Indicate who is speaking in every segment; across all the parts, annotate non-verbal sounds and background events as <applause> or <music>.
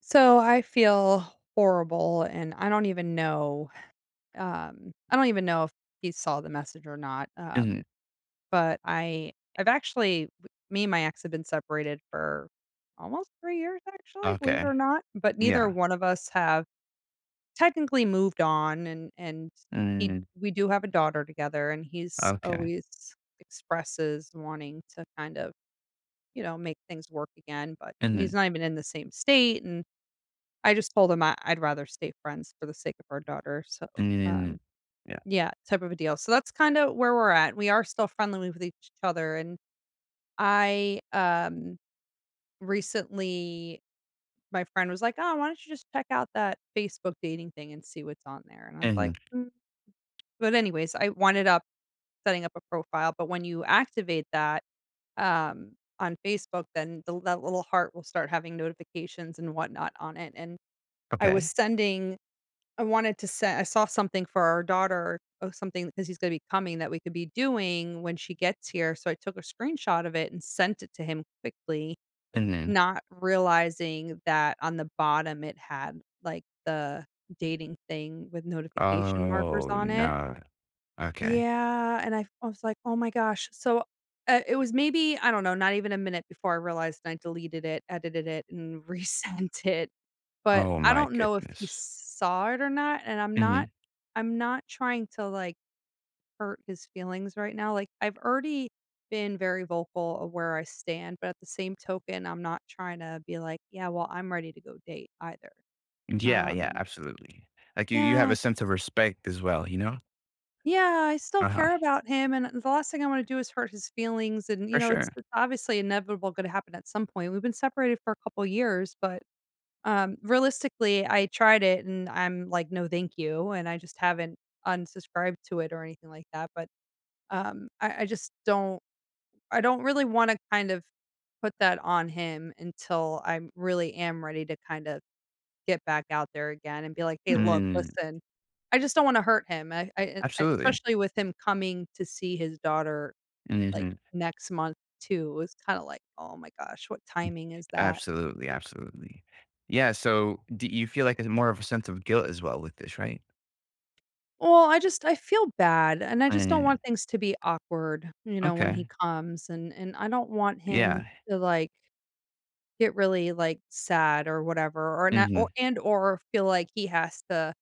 Speaker 1: So I feel horrible, and I don't even know. I don't even know if he saw the message or not.
Speaker 2: Mhm.
Speaker 1: But I, I've actually, Me and my ex have been separated for almost 3 years, actually, believe it or
Speaker 2: Okay.
Speaker 1: not. But neither
Speaker 2: Yeah.
Speaker 1: one of us have technically moved on, and
Speaker 2: Mhm.
Speaker 1: we do have a daughter together, and he's
Speaker 2: Okay.
Speaker 1: always expresses wanting to kind of make things work again, but he's
Speaker 2: Mhm.
Speaker 1: not even in the same state. And I just told him I'd rather stay friends for the sake of our daughter, so, um,
Speaker 2: Mhm. Yeah.
Speaker 1: yeah, type of a deal. So that's kinda where we're at. We are still friendly with each other, and I, um, recently my friend was like, "Oh, why don't you just check out that Facebook dating thing and see what's on there?" And I was like,
Speaker 2: Mhm.
Speaker 1: "Mm." But anyways, I winded up setting up a profile, but when you activate that, on Facebook, then the that little heart will start having notifications and whatnot on it. And I was
Speaker 2: Okay.
Speaker 1: sending I wanted to say I saw something for our daughter of something, because he's gonna be coming, that we could be doing when she gets here, so I took a screenshot of it and sent it to him quickly,
Speaker 2: Mhm.
Speaker 1: not realizing that on the bottom it had, like, the dating thing with notification markers
Speaker 2: Oh,
Speaker 1: on it.
Speaker 2: no. Okay.
Speaker 1: Yeah, and I was like, "Oh my gosh." So, it was maybe, I don't know, not even a minute before I realized, and I deleted it, edited it, and <laughs> resent it. But
Speaker 2: Oh
Speaker 1: I
Speaker 2: my
Speaker 1: don't know if he
Speaker 2: goodness.
Speaker 1: saw it or not, and
Speaker 2: Mhm.
Speaker 1: I'm not trying to, like, hurt his feelings right now. Like, I've already been very vocal of where I stand, but at the same token, I'm not trying to be like, "Yeah, well, I'm ready to go date," either.
Speaker 2: Yeah, yeah,
Speaker 1: Um
Speaker 2: absolutely. Like you have
Speaker 1: Yeah.
Speaker 2: a sense of respect as well, you know?
Speaker 1: Yeah, I still
Speaker 2: Uh-huh.
Speaker 1: care about him, and the last thing I wanna do is hurt his feelings, and, you
Speaker 2: For
Speaker 1: know, it's
Speaker 2: sure.
Speaker 1: it's obviously inevitable gonna happen at some point. We've been separated for a couple years, but, realistically, I tried it, and I'm like, "No, thank you," and I just haven't unsubscribed to it or anything like that, but, I just don't really wanna kind of put that on him until I really am ready to kind of get back out there again and be like, "Hey, look,
Speaker 2: Mhm.
Speaker 1: listen, I just don't wanna hurt him." I
Speaker 2: Absolutely.
Speaker 1: especially with him coming to see his daughter, like,
Speaker 2: Mhm.
Speaker 1: next month too, it was kinda like, "Oh my gosh, what timing is that?"
Speaker 2: Absolutely, absolutely. Yeah, so do you feel like it's more of a sense of guilt as well with this, right?
Speaker 1: Well, I feel bad, and I just don't
Speaker 2: Mhm.
Speaker 1: want things to be awkward, you know, when he
Speaker 2: Okay.
Speaker 1: comes, and I don't want him
Speaker 2: Yeah.
Speaker 1: to, like, get really, like, sad or whatever, or not or
Speaker 2: Mhm.
Speaker 1: and or feel like he has to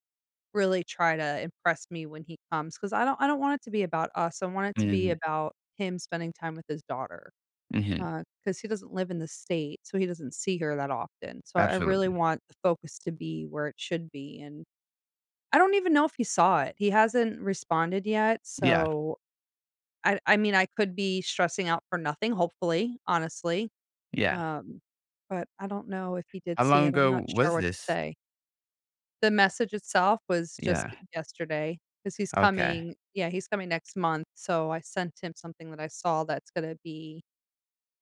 Speaker 1: really try to impress me when he comes, because I don't want it to be about us, I want it to be
Speaker 2: Mhm.
Speaker 1: about him spending time with his daughter,
Speaker 2: Mhm.
Speaker 1: because he doesn't live in the state, so he doesn't see her that often, so I really
Speaker 2: Absolutely.
Speaker 1: want the focus to be where it should be. And I don't even know if he saw it. He hasn't responded yet,
Speaker 2: Yeah,
Speaker 1: so I mean, I could be stressing out for nothing, hopefully, honestly,
Speaker 2: yeah.
Speaker 1: um, but I don't know if he did
Speaker 2: How
Speaker 1: see
Speaker 2: long
Speaker 1: it, I'm not
Speaker 2: ago
Speaker 1: sure
Speaker 2: was
Speaker 1: what to
Speaker 2: this?
Speaker 1: say. The message itself was just
Speaker 2: Yeah,
Speaker 1: yesterday because he's
Speaker 2: okay.
Speaker 1: coming yeah, he's coming next month, so I sent him something that I saw that's gonna be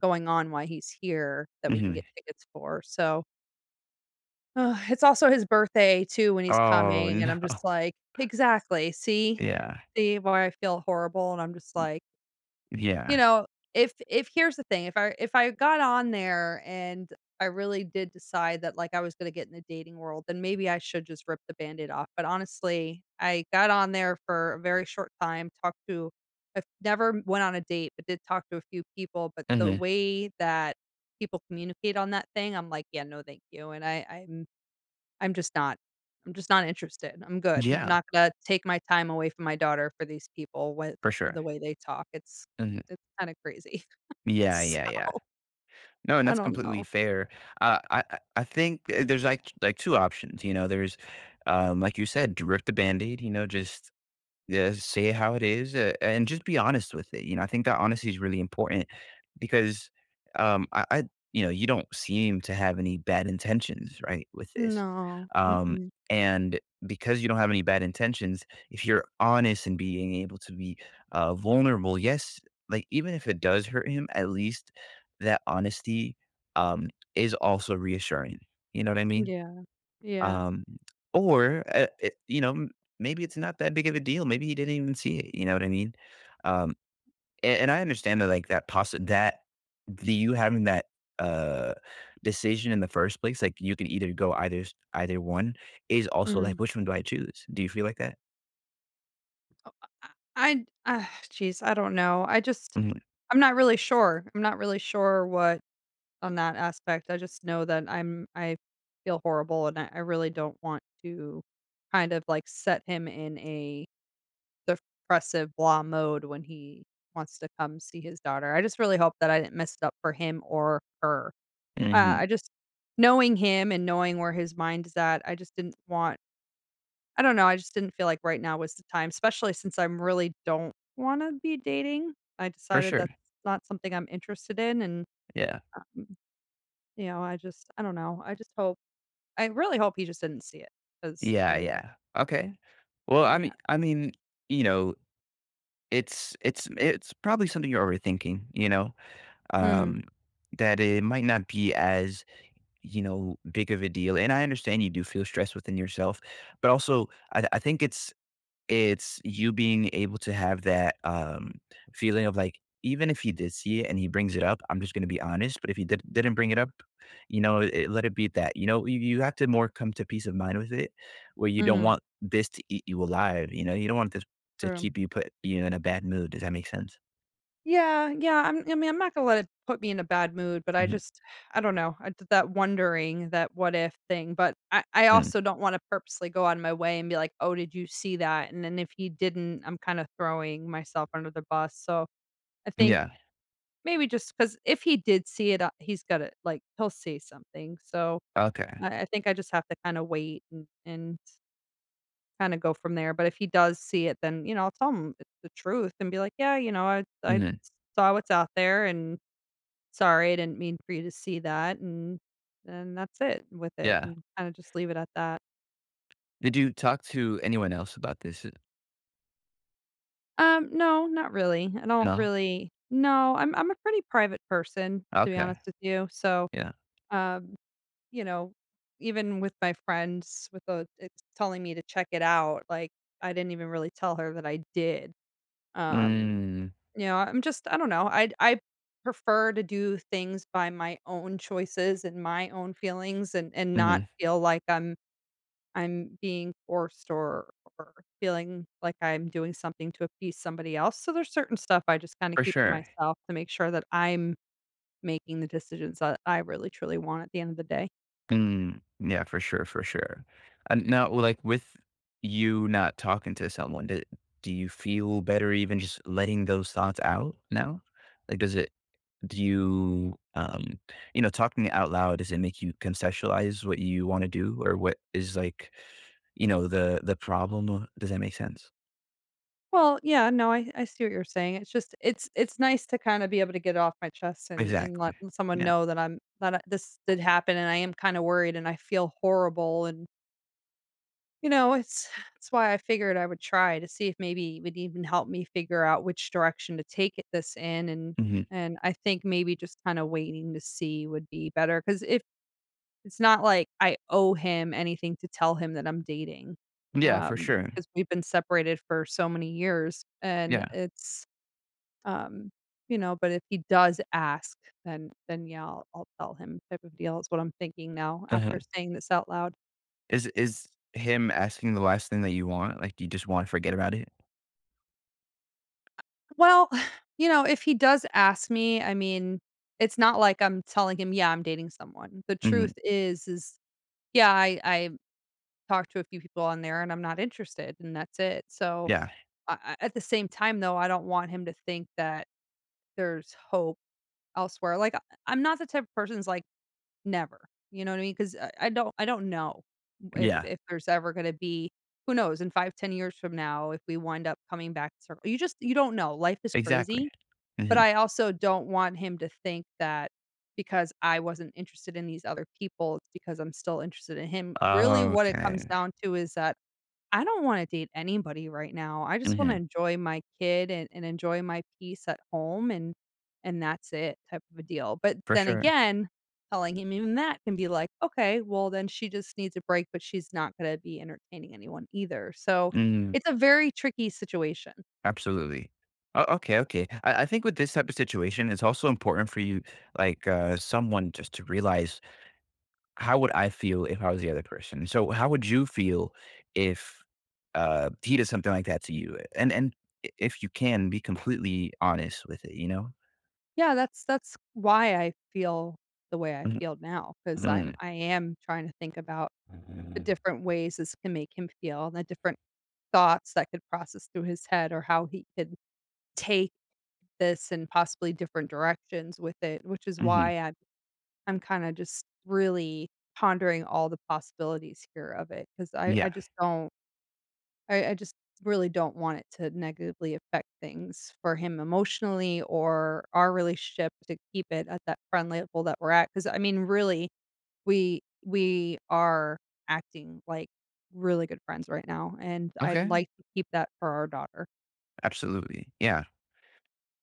Speaker 1: going on while he's here that we can get
Speaker 2: Mhm.
Speaker 1: tickets for. So it's also his birthday too when he's
Speaker 2: Oh,
Speaker 1: coming, and
Speaker 2: no.
Speaker 1: I'm just
Speaker 2: <laughs>
Speaker 1: like exactly, see?
Speaker 2: Yeah,
Speaker 1: See why I feel horrible, and I'm just like you
Speaker 2: yeah.
Speaker 1: know, if here's the thing, if I got on there and I really did decide that like I was gonna get in the dating world, then maybe I should just rip the Band-Aid off. But honestly, I got on there for a very short time, talked to I never went on a date, but did talk to a few people. But the
Speaker 2: Mhm.
Speaker 1: way that people communicate on that thing, I'm like, yeah, no, thank you. And I'm just not. I'm just not interested. I'm good. I'm
Speaker 2: Yeah,
Speaker 1: not gonna take my time away from my daughter for these people with
Speaker 2: for sure.
Speaker 1: the way they talk. It's
Speaker 2: Mhm.
Speaker 1: it's kinda crazy. <laughs>
Speaker 2: Yeah, yeah, yeah.
Speaker 1: So,
Speaker 2: No, and
Speaker 1: I
Speaker 2: that's
Speaker 1: don't
Speaker 2: completely
Speaker 1: know.
Speaker 2: fair. I think, there's, like, 2 options, there's, like you said, to rip the Band-Aid, just. Yeah, say it how it is, and just be honest with it, I think that honesty is really important because, um, I I you don't seem to have any bad intentions, right, with this,
Speaker 1: No.
Speaker 2: um,
Speaker 1: Mm-mm.
Speaker 2: and because you don't have any bad intentions, if you're honest and being able to be, vulnerable, yes, like, even if it does hurt him, at least that honesty, is also reassuring, you know what I mean?
Speaker 1: Yeah, yeah.
Speaker 2: Um, or, it you know, m maybe it's not that big of a deal, maybe he didn't even see it, you know what I mean? Um, and I understand that, like, that the you having that, uh, decision in the first place, like, you can either go either one is also,
Speaker 1: Mhm.
Speaker 2: like, "Which one do I choose?" Do you feel like that?
Speaker 1: I jeez, I don't know. I just
Speaker 2: Mhm,
Speaker 1: I'm not really sure. I'm not really sure what on that aspect. I just know that I feel horrible, and I really don't want to kind of, like, set him in a depressive blah mode when he wants to come see his daughter. I just really hope that I didn't mess it up for him or her.
Speaker 2: mhm,
Speaker 1: I just knowing him and knowing where his mind is at, I just didn't want, I don't know, I just didn't feel like right now was the time, especially since I really don't wanna be dating. I
Speaker 2: for
Speaker 1: decided
Speaker 2: sure,
Speaker 1: that's not something I'm interested in. And,
Speaker 2: yeah.
Speaker 1: mm, you know, I don't know. I just hope I really hope he just didn't see it, because
Speaker 2: Yeah,
Speaker 1: I
Speaker 2: yeah, okay. Well, I mean
Speaker 1: yeah.
Speaker 2: I mean, you know, it's probably something you're overthinking, you know?
Speaker 1: Mm,
Speaker 2: um, that it might not be as big of a deal, and I understand you do feel stress within yourself. But also, I think it's you being able to have that feeling of, like, even if he did see it and he brings it up, I'm just going to be honest. But if he didn't bring it up, let it be at that. You have to more come to peace of mind with it, where you don't
Speaker 1: mhm,
Speaker 2: want this to eat you alive. You don't want this to
Speaker 1: true.
Speaker 2: keep you put you in a bad mood. Does that make sense?
Speaker 1: Yeah, yeah, I mean, I'm not gonna let it put me in a bad mood, but I
Speaker 2: Mhm.
Speaker 1: just <sighs> I don't know, I did that wondering, that what if thing, but I
Speaker 2: Mm.
Speaker 1: also don't wanna purposely go out of my way and be like, "Oh, did you see that?" And then if he didn't, I'm kinda throwing myself under the bus. So I think
Speaker 2: Yeah.
Speaker 1: maybe just because if he did see it, has got it. Like, he'll see something. So
Speaker 2: Okay.
Speaker 1: I think I just have to kinda wait and kinda go from there. But if he does see it, then, you know, I'll tell him it's the truth and be like, "Yeah, you know, I saw what's out there, and" sorry, I didn't mean for you to see that, and that's it with it,
Speaker 2: Yeah.
Speaker 1: and kinda just leave it at that.
Speaker 2: Did you talk to anyone else about this?
Speaker 1: No, not really. I don't
Speaker 2: No?
Speaker 1: really No, I'm a pretty private person, to be honest
Speaker 2: Okay.
Speaker 1: with you. So,
Speaker 2: Yeah.
Speaker 1: um, you know, even with my friends with the it's telling me to check it out, like, I didn't even really tell her that I did. Um,
Speaker 2: Mm.
Speaker 1: you know, I don't know, I prefer to do things by my own choices and my own feelings and not
Speaker 2: Mhm.
Speaker 1: feel like I'm being forced or or feeling like I'm doing something to appease somebody else. So there's certain stuff I just kinda
Speaker 2: For
Speaker 1: keep to
Speaker 2: sure.
Speaker 1: myself to make sure that I'm making the decisions that I really truly want at the end of the day.
Speaker 2: Mm. Yeah, for sure, for sure. And now, like, with you not talking to someone, do you feel better even just letting those thoughts out now? Like, do you, talking out loud, does it make you conceptualize what you want to do, or what is, like, the problem? Does that make sense?
Speaker 1: Well, yeah, no, I see what you're saying. It's just it's nice to kinda be able to get it off my chest and let
Speaker 2: Exactly.
Speaker 1: someone
Speaker 2: Yeah.
Speaker 1: know that I'm that I this did happen, and I am kinda worried, and I feel horrible, and you know, it's why I figured I would try to see if maybe it would even help me figure out which direction to take it this in. And
Speaker 2: Mhm.
Speaker 1: I think maybe just kinda waiting to see would be better. Because if it's not like I owe him anything to tell him that I'm dating,
Speaker 2: Yeah, for sure.
Speaker 1: because 'cause we've been separated for so many years. And
Speaker 2: Yeah.
Speaker 1: it's, um, you know, but if he does ask, then yeah, I'll tell him type of deal is what I'm thinking now
Speaker 2: Uh-huh.
Speaker 1: after saying this out loud.
Speaker 2: Is him asking the last thing that you want? Like, you just wanna forget about it?
Speaker 1: Well, <sighs> you know, if he does ask me, I mean, it's not like I'm telling him, "Yeah, I'm dating someone." The
Speaker 2: Mhm.
Speaker 1: truth is, yeah, I talked to a few people on there, and I'm not interested, and that's it. So,
Speaker 2: Yeah.
Speaker 1: I at the same time, though, I don't want him to think that there's hope elsewhere. Like, I'm not the type of person's like, "Never." You know what I mean? 'Cause I don't know if
Speaker 2: Yeah.
Speaker 1: if there's ever gonna be who knows, in 5, 10 years from now, if we wind up coming back in circle. You don't know. Life is
Speaker 2: Exactly.
Speaker 1: crazy. But
Speaker 2: Mhm.
Speaker 1: I also don't want him to think that because I wasn't interested in these other people, it's because I'm still interested in him. Really, what it comes
Speaker 2: Okay.
Speaker 1: down to is that I don't wanna date anybody right now. I just wanna
Speaker 2: Mhm.
Speaker 1: enjoy my kid and enjoy my peace at home, and that's it type of a deal. But
Speaker 2: For
Speaker 1: then
Speaker 2: sure.
Speaker 1: again, telling him even that can be like, "Okay, well, then she just needs a break, but she's not gonna be entertaining anyone either." So,
Speaker 2: Mm.
Speaker 1: it's a very tricky situation.
Speaker 2: Absolutely. O Okay, okay. I think with this type of situation, it's also important for you, like, someone just to realize, how would I feel if I was the other person? So how would you feel if, he did something like that to you? And I if you can, be completely honest with it, you know?
Speaker 1: Yeah, that's why I feel the way I
Speaker 2: Mhm,
Speaker 1: feel now, because 'cause
Speaker 2: mm.
Speaker 1: I am trying to think about the different ways this can make him feel, and the different thoughts that could process through his head, or how he could take this in possibly different directions with it, which is why
Speaker 2: Mhm.
Speaker 1: I'm kinda just really pondering all the possibilities here of it, because I I
Speaker 2: Yeah.
Speaker 1: just don't I I just really don't want it to negatively affect things for him emotionally, or our relationship, to keep it at that friend level that we're at. Because I mean, really, we are acting like really good friends right now, and I'd
Speaker 2: Okay.
Speaker 1: like to keep that for our daughter.
Speaker 2: Absolutely. Yeah.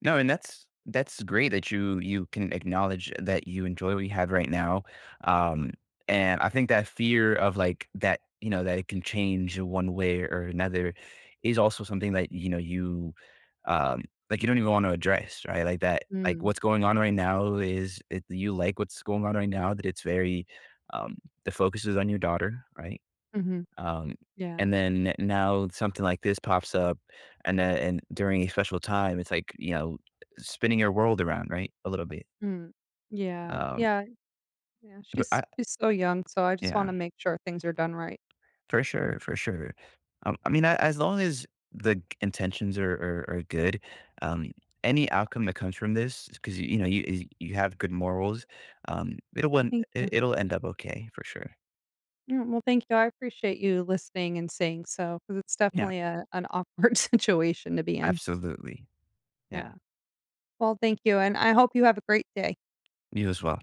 Speaker 2: No, and that's great that you can acknowledge that you enjoy what you have right now. Um, and I think that fear of, like, that, that it can change one way or another is also something that, you um like you don't even want to address, right? Like that, like
Speaker 1: Mm.
Speaker 2: what's going on right now is it, you like what's going on right now, that it's very um the focus is on your daughter, right?
Speaker 1: Mhm.
Speaker 2: Um,
Speaker 1: Yeah.
Speaker 2: and then now something like this pops up, and during a special time, it's like, spinning your world around, right? A little bit.
Speaker 1: Mm. Yeah.
Speaker 2: Um,
Speaker 1: Yeah. Yeah.
Speaker 2: but
Speaker 1: She's
Speaker 2: I,
Speaker 1: she's so young, so I just want
Speaker 2: yeah,
Speaker 1: to make sure things are done right.
Speaker 2: for sure, for sure. I mean, as long as the intentions are good, um, any outcome that comes from this, because you know, you have good morals, it'll
Speaker 1: Thank you.
Speaker 2: it'll end up okay for sure.
Speaker 1: Mm, well, thank you. I appreciate you listening and saying so because it's
Speaker 2: Yeah,
Speaker 1: definitely a an awkward <laughs> situation to be in.
Speaker 2: absolutely. Yeah,
Speaker 1: Yeah. Well, thank you, and I hope you have a great day.
Speaker 2: you as well.